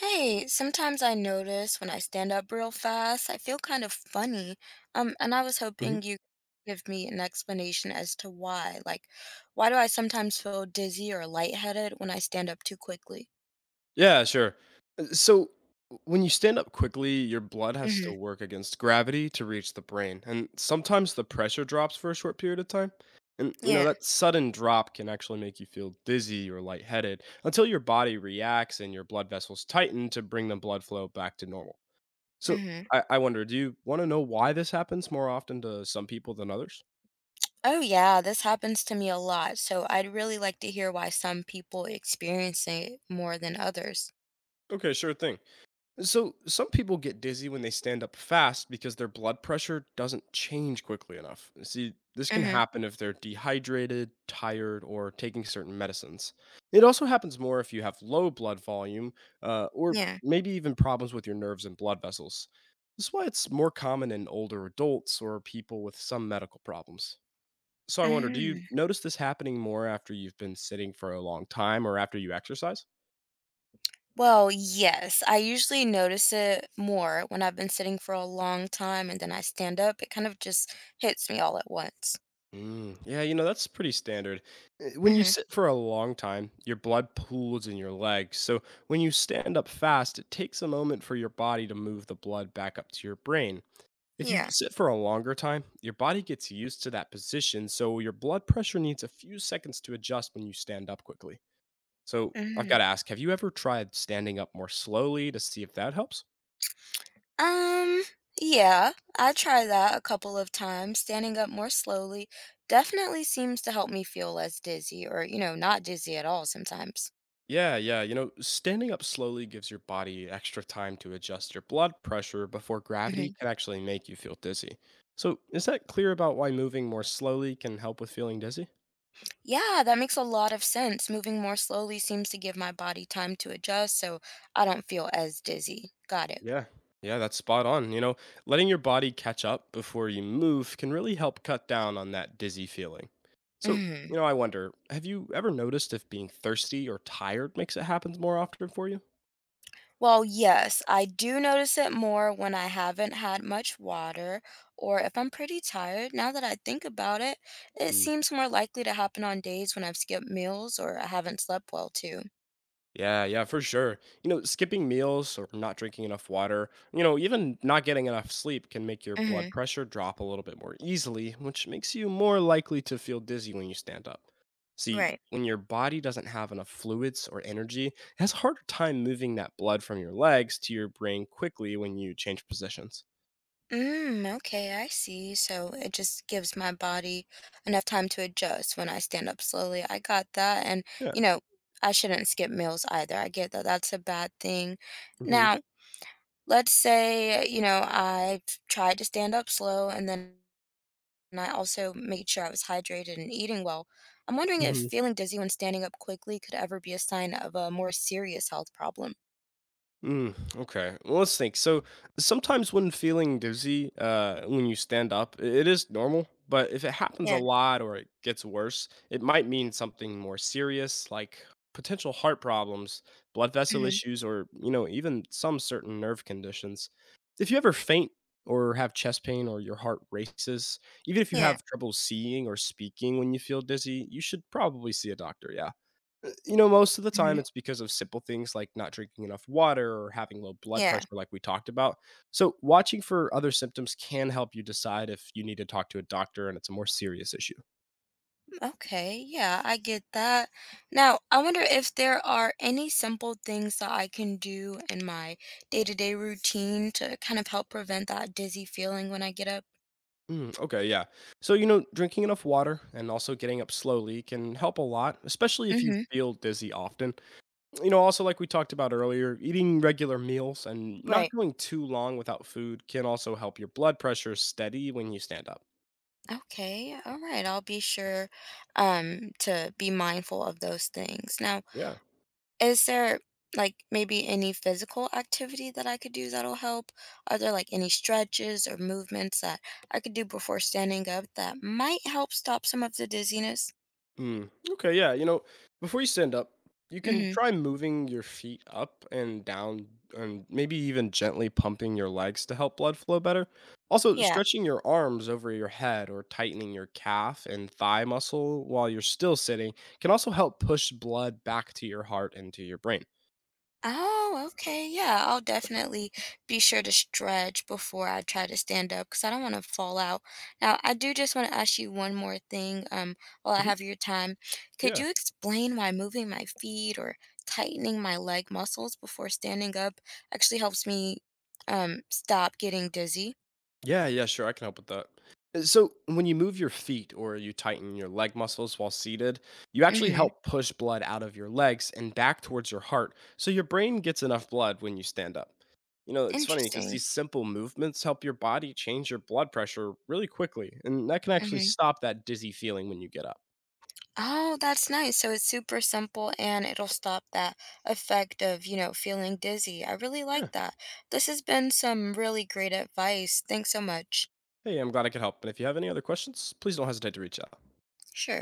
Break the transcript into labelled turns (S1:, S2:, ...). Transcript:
S1: Hey, sometimes I notice when I stand up real fast, I feel kind of funny. And I was
S2: Mhm.
S1: hoping you could give me an explanation as to why. Like, why do I sometimes feel dizzy or lightheaded when I stand up too quickly?
S2: Yeah, sure. So when you stand up quickly, your blood has
S1: Hmm.
S2: to work against gravity to reach the brain, and sometimes the pressure drops for a short period of time. And you know
S1: Yeah.
S2: that sudden drop can actually make you feel dizzy or lightheaded until your body reacts and your blood vessels tighten to bring the blood flow back to normal. So
S1: Hmm.
S2: I wonder, do you want to know why this happens more often to some people than others?
S1: Oh yeah, this happens to me a lot. So I'd really like to hear why some people experience it more than others.
S2: Okay, sure thing. So, some people get dizzy when they stand up fast because their blood pressure doesn't change quickly enough. See, this can
S1: Hmm.
S2: happen if they're dehydrated, tired, or taking certain medicines. It also happens more if you have low blood volume, or
S1: Yeah.
S2: maybe even problems with your nerves and blood vessels. This is why it's more common in older adults or people with some medical problems. So, I wonder, do you
S1: Hmm.
S2: notice this happening more after you've been sitting for a long time or after you exercise?
S1: Well, yes. I usually notice it more when I've been sitting for a long time and then I stand up. It kind of just hits me all at once.
S2: Mm, yeah, you know, that's pretty standard. When you
S1: Hmm.
S2: sit for a long time, your blood pools in your legs. So when you stand up fast, it takes a moment for your body to move the blood back up to your brain. If you
S1: Yeah.
S2: sit for a longer time, your body gets used to that position, so your blood pressure needs a few seconds to adjust when you stand up quickly. So I've
S1: Hmm.
S2: got to ask, have you ever tried standing up more slowly to see if that helps?
S1: Um, yeah, I try that a couple of times. Standing up more slowly definitely seems to help me feel less dizzy or, not dizzy at all sometimes.
S2: Yeah, yeah. You know, standing up slowly gives your body extra time to adjust your blood pressure before gravity
S1: Hmm.
S2: can actually make you feel dizzy. So, is that clear about why moving more slowly can help with feeling dizzy?
S1: Yeah, that makes a lot of sense. Moving more slowly seems to give my body time to adjust so I don't feel as dizzy. Got it.
S2: Yeah. Yeah, that's spot on. You know, letting your body catch up before you move can really help cut down on that dizzy feeling. So,
S1: Hmm.
S2: you know, I wonder, have you ever noticed if being thirsty or tired makes it happen more often for you?
S1: Well, yes, I do notice it more when I haven't had much water or if I'm pretty tired. Now that I think about it, it seems more likely to happen on days when I've skipped meals or I haven't slept well, too.
S2: Yeah, yeah, for sure. You know, skipping meals or not drinking enough water, you know, even not getting enough sleep can make your blood
S1: Hmm.
S2: pressure drop a little bit more easily, which makes you more likely to feel dizzy when you stand up. See,
S1: Right.
S2: when your body doesn't have enough fluids or energy, it has a harder time moving that blood from your legs to your brain quickly when you change positions.
S1: Mm, okay, I see. So it just gives my body enough time to adjust when I stand up slowly. I got that. You
S2: Yeah.
S1: know, I shouldn't skip meals either. I get that that's a bad thing.
S2: hmm
S1: Now, let's say, I've tried to stand up slow and then and I also made sure I was hydrated and eating well. I'm wondering if
S2: hmm
S1: feeling dizzy when standing up quickly could ever be a sign of a more serious health problem.
S2: Mm, okay. Well, let's think. So sometimes when feeling dizzy when you stand up, it is normal. But if it happens a
S1: Yeah.
S2: lot or it gets worse, it might mean something more serious, like potential heart problems, blood vessel
S1: Hmm.
S2: issues, or you know, even some certain nerve conditions. If you ever faint or have chest pain or your heart races, even if you
S1: Yeah.
S2: have trouble seeing or speaking when you feel dizzy, you should probably see a doctor. Yeah. You know, most of the
S1: Hmm.
S2: time it's because of simple things like not drinking enough water or having low blood
S1: Yeah.
S2: pressure, like we talked about. So, watching for other symptoms can help you decide if you need to talk to a doctor and it's a more serious issue.
S1: Okay. Yeah, I get that. Now, I wonder if there are any simple things that I can do in my day to day routine to kind of help prevent that dizzy feeling when I get up.
S2: Mm, okay, yeah. So, you know, drinking enough water and also getting up slowly can help a lot, especially if you
S1: Hmm.
S2: feel dizzy often. You know, also, like we talked about earlier, eating regular meals and not
S1: Right.
S2: going too long without food can also help your blood pressure steady when you stand up.
S1: Okay. All right. I'll be sure to be mindful of those things. Now,
S2: Yeah.
S1: is there like maybe any physical activity that I could do that'll help? Are there like any stretches or movements that I could do before standing up that might help stop some of the dizziness?
S2: Mm. Okay, yeah. You know, before you stand up, you can
S1: Mhm.
S2: try moving your feet up and down and maybe even gently pumping your legs to help blood flow better. Also,
S1: Yeah.
S2: stretching your arms over your head or tightening your calf and thigh muscle while you're still sitting can also help push blood back to your heart and to your brain.
S1: Oh, okay. Yeah, I'll definitely be sure to stretch before I try to stand up because I don't want to fall out. Now, I do just want to ask you one more thing, while I
S2: Mhm.
S1: have your time. Could
S2: Yeah.
S1: you explain why moving my feet or tightening my leg muscles before standing up actually helps me, stop getting dizzy?
S2: Yeah, yeah, sure. I can help with that. So, when you move your feet or you tighten your leg muscles while seated, you actually
S1: Mm-hmm.
S2: help push blood out of your legs and back towards your heart so your brain gets enough blood when you stand up. You know, it's funny because
S1: Interesting.
S2: these simple movements help your body change your blood pressure really quickly, and that can actually
S1: Hmm.
S2: stop that dizzy feeling when you get up.
S1: Oh, that's nice. So it's super simple and it'll stop that effect of feeling dizzy. I really like
S2: Yeah.
S1: that. This has been some really great advice. Thanks so much.
S2: Hey, I'm glad I could help. And if you have any other questions, please don't hesitate to reach out.
S1: Sure.